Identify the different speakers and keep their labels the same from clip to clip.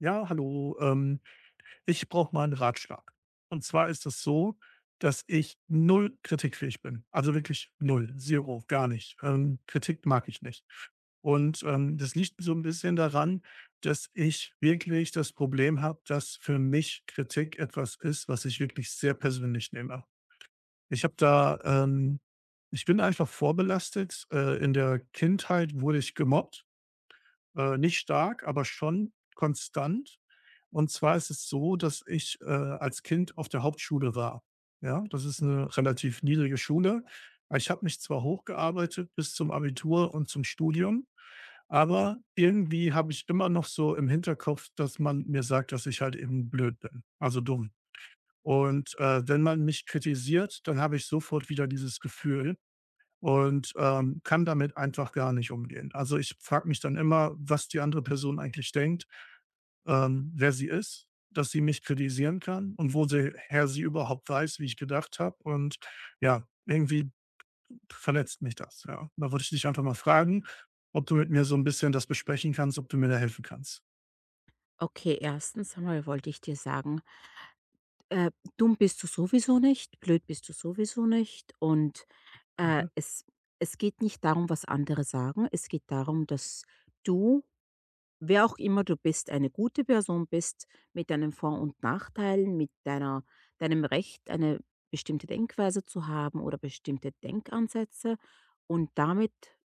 Speaker 1: Ja, hallo. Ich brauche mal einen Ratschlag. Und zwar ist es so, dass ich null kritikfähig bin. Also wirklich null, 0, gar nicht. Kritik mag ich nicht. Und das liegt so ein bisschen daran, dass ich wirklich das Problem habe, dass für mich Kritik etwas ist, was ich wirklich sehr persönlich nehme. Ich habe da Ich bin einfach vorbelastet. In der Kindheit wurde ich gemobbt. Nicht stark, aber schon konstant. Und zwar ist es so, dass ich als Kind auf der Hauptschule war. Ja, das ist eine relativ niedrige Schule. Ich habe mich zwar hochgearbeitet bis zum Abitur und zum Studium, aber irgendwie habe ich immer noch so im Hinterkopf, dass man mir sagt, dass ich halt eben blöd bin, also dumm. Und wenn man mich kritisiert, dann habe ich sofort wieder dieses Gefühl und kann damit einfach gar nicht umgehen. Also, ich frage mich dann immer, was die andere Person eigentlich denkt, wer sie ist, dass sie mich kritisieren kann und woher sie überhaupt weiß, wie ich gedacht habe und ja, irgendwie verletzt mich das, ja. Da würde ich dich einfach mal fragen, ob du mit mir so ein bisschen das besprechen kannst, ob du mir da helfen kannst.
Speaker 2: Okay, erstens einmal wollte ich dir sagen, äh, dumm bist du sowieso nicht, blöd bist du sowieso nicht und äh,
Speaker 1: Danke.
Speaker 2: es, es geht nicht darum, was andere sagen, es geht darum, dass du wer auch immer du bist, eine gute Person bist, mit deinen Vor und Nachteilen, mit deiner deinem Recht, eine bestimmte Denkweise zu haben oder bestimmte Denkansätze. Und damit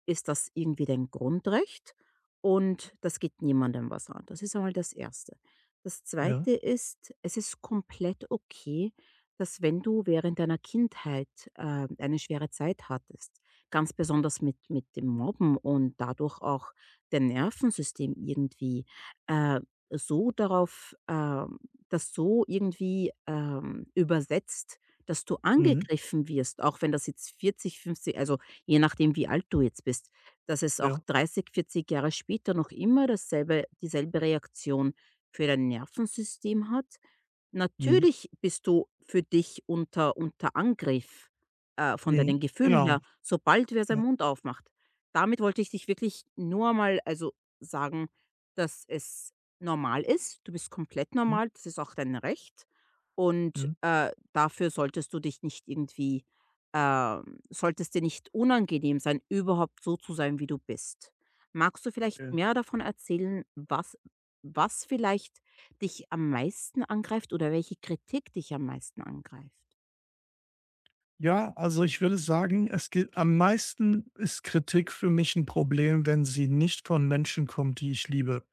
Speaker 2: ist das irgendwie dein Grundrecht und das geht niemandem was an. Das ist einmal das Erste. Das
Speaker 1: Ja.
Speaker 2: Zweite ist, es ist komplett okay, dass wenn du während deiner Kindheit eine schwere Zeit hattest, ganz besonders mit dem Mobben und dadurch auch der Nervensystem irgendwie, äh, so darauf das so irgendwie, übersetzt, dass du
Speaker 1: Mhm.
Speaker 2: angegriffen wirst, auch wenn das jetzt 40, 50, also, je nachdem, wie alt du jetzt bist, dass es auch
Speaker 1: Ja.
Speaker 2: 30, 40 Jahre später noch immer dasselbe dieselbe Reaktion für dein Nervensystem hat?
Speaker 1: Mhm.
Speaker 2: Natürlich bist du für dich unter Angriff, von
Speaker 1: Mhm.
Speaker 2: deinen Gefühlen
Speaker 1: Genau.
Speaker 2: her, sobald wer
Speaker 1: Ja.
Speaker 2: seinen Mund aufmacht. Damit wollte ich dich wirklich nur mal also sagen, dass es normal ist. Du bist komplett
Speaker 1: Mhm.
Speaker 2: normal, das ist auch dein Recht und,
Speaker 1: Mhm.
Speaker 2: dafür solltest du dich nicht irgendwie sollte dir nicht unangenehm sein, überhaupt so zu sein, wie du bist. Magst du vielleicht
Speaker 1: Ja.
Speaker 2: mehr davon erzählen, was vielleicht dich am meisten angreift oder welche Kritik dich am meisten angreift?
Speaker 1: Ja, also ich würde sagen, es geht am meisten ist Kritik für mich ein Problem, wenn sie nicht von Menschen kommt, die ich liebe.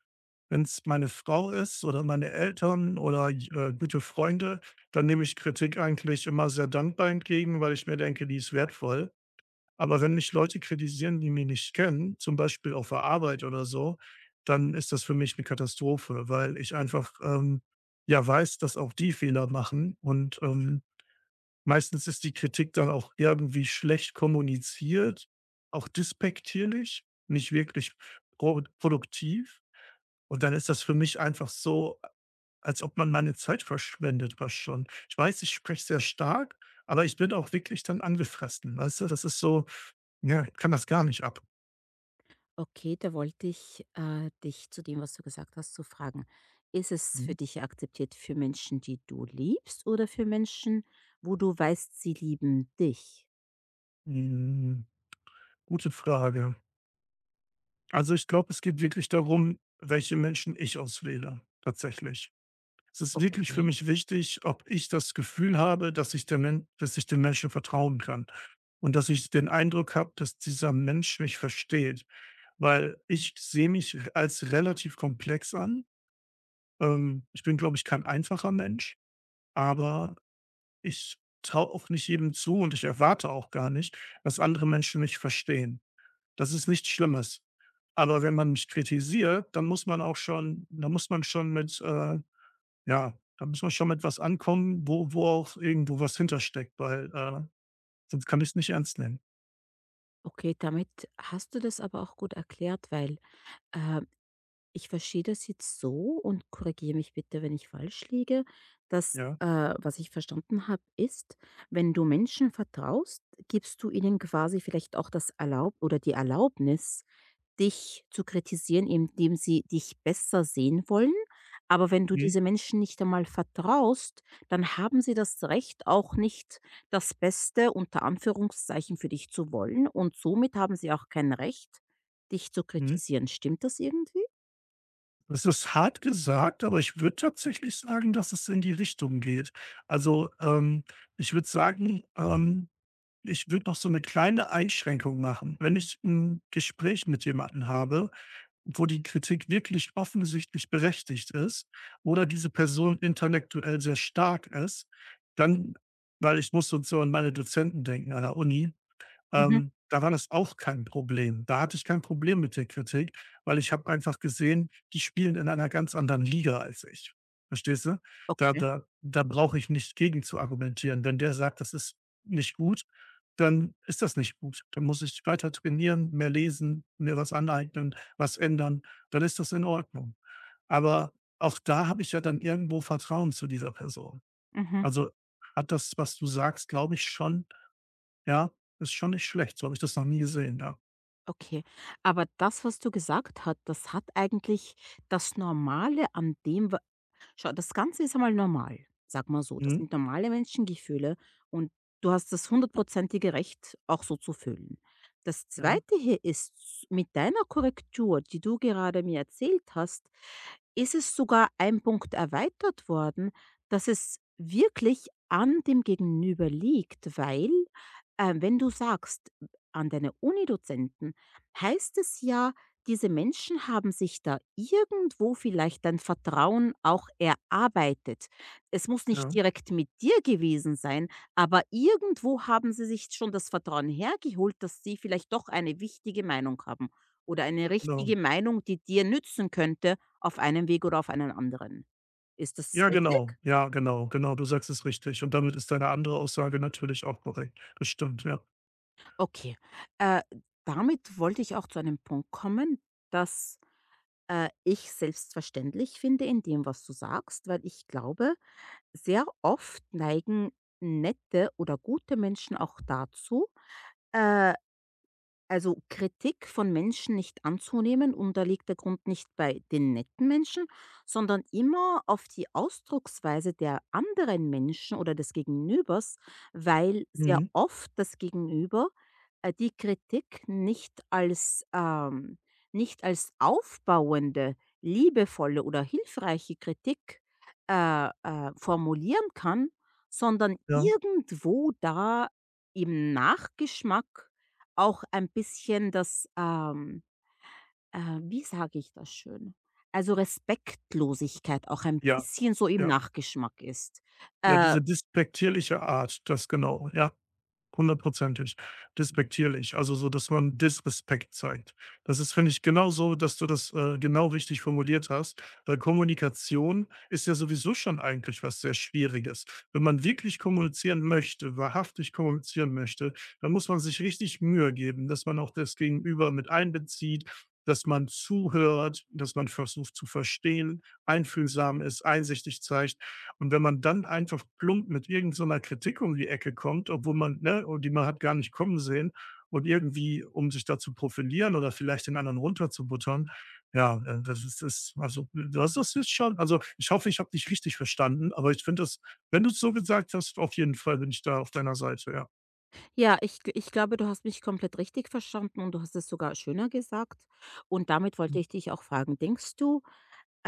Speaker 1: Wenn es meine Frau ist oder meine Eltern oder gute Freunde, dann nehme ich Kritik eigentlich immer sehr dankbar entgegen, weil ich mir denke, die ist wertvoll. Aber wenn mich Leute kritisieren, die mich nicht kennen, zum Beispiel auf der Arbeit oder so, dann ist das für mich eine Katastrophe, weil ich einfach, ja, weiß, dass auch die Fehler machen und meistens ist die Kritik dann auch irgendwie schlecht kommuniziert, auch despektierlich, nicht wirklich pro produktiv. Und dann ist das für mich einfach so, als ob man meine Zeit verschwendet. Was schon. Ich weiß, ich spreche sehr stark, aber ich bin auch wirklich dann angefressen, weißt du? Das ist so ja, ich kann das gar nicht ab.
Speaker 2: Okay, da wollte ich dich zu dem, was du gesagt hast, zu fragen. Ist es für
Speaker 1: Mhm.
Speaker 2: dich akzeptiert für Menschen, die du liebst oder für Menschen, wo du weißt, sie lieben dich?
Speaker 1: Hm, gute Frage. Also, ich glaube, es geht wirklich darum, welche Menschen ich auswähle, tatsächlich. Es ist wirklich für
Speaker 2: Okay.
Speaker 1: mich wichtig, ob ich das Gefühl habe, dass ich der Men dass ich dem Menschen vertrauen kann und dass ich den Eindruck habe, dass dieser Mensch mich versteht, weil ich sehe mich als relativ komplex an. Ich bin, glaube ich, kein einfacher Mensch, aber ich traue auch nicht jedem zu und ich erwarte auch gar nicht, dass andere Menschen mich verstehen. Das ist nichts Schlimmes. Aber wenn man mich kritisiert, dann muss man auch schon, da muss man schon mit ja, da müssen wir schon mit was ankommen, wo auch irgendwo was hintersteckt, weil, sonst kann ich es nicht ernst nehmen.
Speaker 2: Okay, damit hast du das aber auch gut erklärt, weil äh, Ich verstehe das jetzt so und korrigiere mich bitte, wenn ich falsch liege, dass,
Speaker 1: Ja.
Speaker 2: was ich verstanden habe, ist, wenn du Menschen vertraust, gibst du ihnen quasi vielleicht auch das Erlaub oder die Erlaubnis, dich zu kritisieren, indem sie dich besser sehen wollen. Aber wenn du
Speaker 1: Mhm.
Speaker 2: diese Menschen nicht einmal vertraust, dann haben sie das Recht, auch nicht das Beste unter Anführungszeichen für dich zu wollen. Und somit haben sie auch kein Recht, dich zu
Speaker 1: Mhm.
Speaker 2: kritisieren. Stimmt das irgendwie?
Speaker 1: Das ist hart gesagt, aber ich würde tatsächlich sagen, dass es in die Richtung geht. Also, ähm, ich würde sagen, ich würde noch so eine kleine Einschränkung machen. Wenn ich ein Gespräch mit jemanden habe, wo die Kritik wirklich offensichtlich berechtigt ist oder diese Person intellektuell sehr stark ist, dann weil ich muss so an meine Dozenten denken an der Uni,
Speaker 2: Mhm.
Speaker 1: da war das auch kein Problem. Da hatte ich kein Problem mit der Kritik, weil ich habe einfach gesehen, die spielen in einer ganz anderen Liga als ich. Verstehst du? Da
Speaker 2: Okay.
Speaker 1: da da brauche ich nicht gegen zu argumentieren. Wenn der sagt, das ist nicht gut, dann ist das nicht gut. Dann muss ich weiter trainieren, mehr lesen, mir was aneignen, was ändern. Dann ist das in Ordnung. Aber auch da habe ich ja dann irgendwo Vertrauen zu dieser Person.
Speaker 2: Mhm.
Speaker 1: Also hat das, was du sagst, glaube ich schon ja, ist schon nicht schlecht. So habe ich das noch nie gesehen, ja.
Speaker 2: Okay. Aber das, was du gesagt hast, das hat eigentlich das Normale an dem, schau, das Ganze ist einmal normal, sag mal so. Das
Speaker 1: Mhm.
Speaker 2: sind normale Menschengefühle und du hast das hundertprozentige Recht, auch so zu fühlen. Das
Speaker 1: Ja,
Speaker 2: Zweite hier ist, mit deiner Korrektur, die du gerade mir erzählt hast, ist es sogar ein Punkt erweitert worden, dass es wirklich an dem Gegenüber liegt, weil wenn du sagst, an deine Unidozenten, heißt es ja, diese Menschen haben sich da irgendwo vielleicht ein Vertrauen auch erarbeitet. Es muss nicht
Speaker 1: ja,
Speaker 2: direkt mit dir gewesen sein, aber irgendwo haben sie sich schon das Vertrauen hergeholt, dass sie vielleicht doch eine wichtige Meinung haben oder eine
Speaker 1: genau.
Speaker 2: richtige Meinung, die dir nützen könnte auf einem Weg oder auf einen anderen. Ist das
Speaker 1: Ja, genau.
Speaker 2: richtig?
Speaker 1: Ja, genau, genau. Du sagst es richtig. Und damit ist deine andere Aussage natürlich auch korrekt. Das stimmt, ja.
Speaker 2: Okay. Äh, damit wollte ich auch zu einem Punkt kommen, dass ich selbstverständlich finde in dem, was du sagst, weil ich glaube, sehr oft neigen nette oder gute Menschen auch dazu, äh also Kritik von Menschen nicht anzunehmen und da liegt der Grund nicht bei den netten Menschen, sondern immer auf die Ausdrucksweise der anderen Menschen oder des Gegenübers, weil sehr
Speaker 1: Mhm.
Speaker 2: oft das Gegenüber die Kritik nicht als, nicht als aufbauende, liebevolle oder hilfreiche Kritik formulieren kann, sondern
Speaker 1: Ja.
Speaker 2: irgendwo da im Nachgeschmack auch ein bisschen das, wie sage ich das schön? Also, Respektlosigkeit auch ein
Speaker 1: Ja.
Speaker 2: bisschen so im
Speaker 1: Ja.
Speaker 2: Nachgeschmack ist.
Speaker 1: Ja,
Speaker 2: Äh,
Speaker 1: diese despektierliche Art, das genau, ja. Hundertprozentig. Despektierlich. Also so, dass man Disrespekt zeigt. Das ist, finde ich, genau so, dass du das genau richtig formuliert hast, weil Kommunikation ist ja sowieso schon eigentlich was sehr Schwieriges. Wenn man wirklich kommunizieren möchte, wahrhaftig kommunizieren möchte, dann muss man sich richtig Mühe geben, dass man auch das Gegenüber mit einbezieht, dass man zuhört, dass man versucht zu verstehen, einfühlsam ist, einsichtig zeigt. Und wenn man dann einfach plump mit irgend so einer Kritik um die Ecke kommt, obwohl man ne, und die man hat gar nicht kommen sehen und irgendwie, um sich da zu profilieren oder vielleicht den anderen runterzubuttern, ja, das ist das also, das ist jetzt schon also, ich hoffe, ich habe dich richtig verstanden, aber ich finde das wenn du es so gesagt hast, auf jeden Fall bin ich da auf deiner Seite, ja.
Speaker 2: ja, ich glaube, du hast mich komplett richtig verstanden und du hast es sogar schöner gesagt. Und damit wollte ich dich auch fragen, denkst du,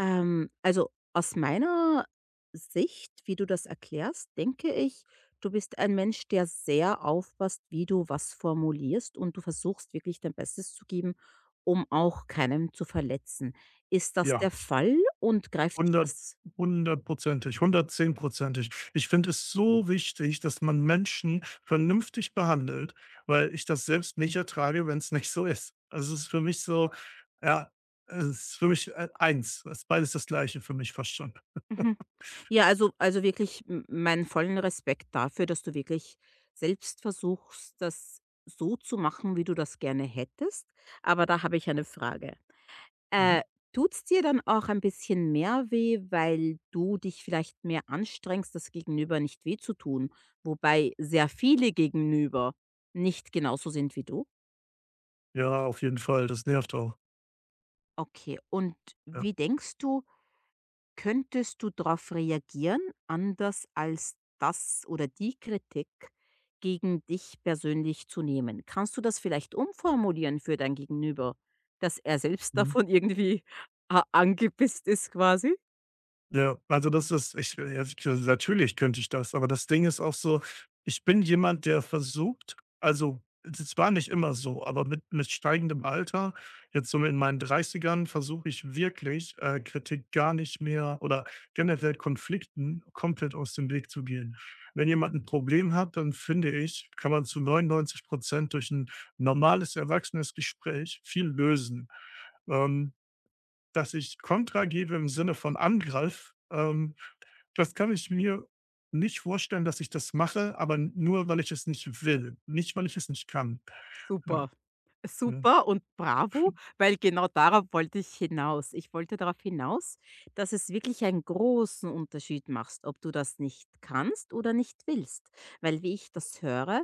Speaker 2: Also aus meiner Sicht, wie du das erklärst, denke ich, du bist ein Mensch, der sehr aufpasst, wie du was formulierst und du versuchst wirklich dein Bestes zu geben, um auch keinem zu verletzen. Ist das der
Speaker 1: Ja.
Speaker 2: Fall und greift dich
Speaker 1: Hundert
Speaker 2: das?
Speaker 1: hundertprozentig, hundertzehnprozentig. Ich finde es so wichtig, dass man Menschen vernünftig behandelt, weil ich das selbst nicht ertrage, wenn es nicht so ist. Also, es ist für mich so ja, es ist für mich, eins. Es ist beides das Gleiche für mich fast schon.
Speaker 2: Mhm. Ja, also wirklich m meinen vollen Respekt dafür, dass du wirklich selbst versuchst, das so zu machen, wie du das gerne hättest. Aber da habe ich eine Frage.
Speaker 1: Mhm.
Speaker 2: Äh, tut's dir dann auch ein bisschen mehr weh, weil du dich vielleicht mehr anstrengst, das Gegenüber nicht weh zu tun, wobei sehr viele Gegenüber nicht genauso sind wie du?
Speaker 1: Ja, auf jeden Fall, das nervt auch.
Speaker 2: Okay, und
Speaker 1: Ja.
Speaker 2: wie denkst du, könntest du darauf reagieren, anders als das oder die Kritik gegen dich persönlich zu nehmen? Kannst du das vielleicht umformulieren für dein Gegenüber, dass er selbst
Speaker 1: Mhm.
Speaker 2: davon irgendwie a angepisst ist quasi?
Speaker 1: Ja, also das ist natürlich könnte ich das, aber das Ding ist auch so, ich bin jemand, der versucht also, es war nicht immer so, aber mit steigendem Alter, jetzt so in meinen Dreißigern, versuche ich wirklich, Kritik gar nicht mehr oder generell Konflikten komplett aus dem Weg zu gehen. Wenn jemand ein Problem hat, dann finde ich, kann man zu 99% durch ein normales, erwachsenes Gespräch viel lösen. Ähm, dass ich Kontra gebe im Sinne von Angriff, das kann ich mir nicht vorstellen, dass ich das mache, aber nur, weil ich es nicht will, nicht, weil ich es nicht kann. Ja,
Speaker 2: Super.
Speaker 1: mhm.
Speaker 2: Super und bravo, weil genau darauf wollte ich hinaus. Ich wollte darauf hinaus, dass es wirklich einen großen Unterschied macht, ob du das nicht kannst oder nicht willst. Weil wie ich das höre,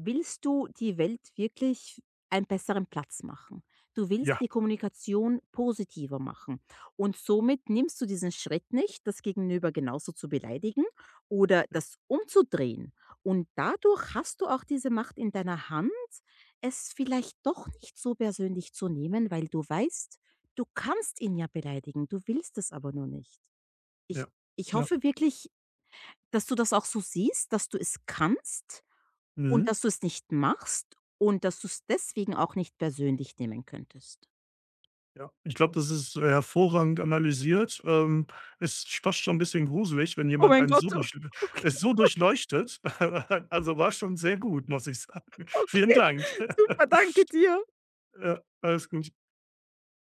Speaker 2: willst du die Welt wirklich einen besseren Platz machen? Du willst
Speaker 1: Ja,
Speaker 2: die Kommunikation positiver machen. Und somit nimmst du diesen Schritt nicht, das Gegenüber genauso zu beleidigen oder
Speaker 1: ja,
Speaker 2: das umzudrehen. Und dadurch hast du auch diese Macht in deiner Hand, es vielleicht doch nicht so persönlich zu nehmen, weil du weißt, du kannst ihn ja beleidigen, du willst es aber nur nicht. Ich,
Speaker 1: ja,
Speaker 2: ich
Speaker 1: ja.
Speaker 2: hoffe wirklich, dass du das auch so siehst, dass du es kannst und
Speaker 1: Mhm.
Speaker 2: dass du es nicht machst und dass du es deswegen auch nicht persönlich nehmen könntest.
Speaker 1: Ja. Ich glaube, das ist hervorragend analysiert. Es ist fast schon ein bisschen gruselig, wenn
Speaker 2: Oh
Speaker 1: jemand
Speaker 2: mein
Speaker 1: einen so
Speaker 2: Gott, oh,
Speaker 1: durch
Speaker 2: okay,
Speaker 1: es so durchleuchtet. Also, war schon sehr gut, muss ich sagen. Vielen
Speaker 2: okay.
Speaker 1: Dank.
Speaker 2: Super, danke dir.
Speaker 1: Ja, alles gut.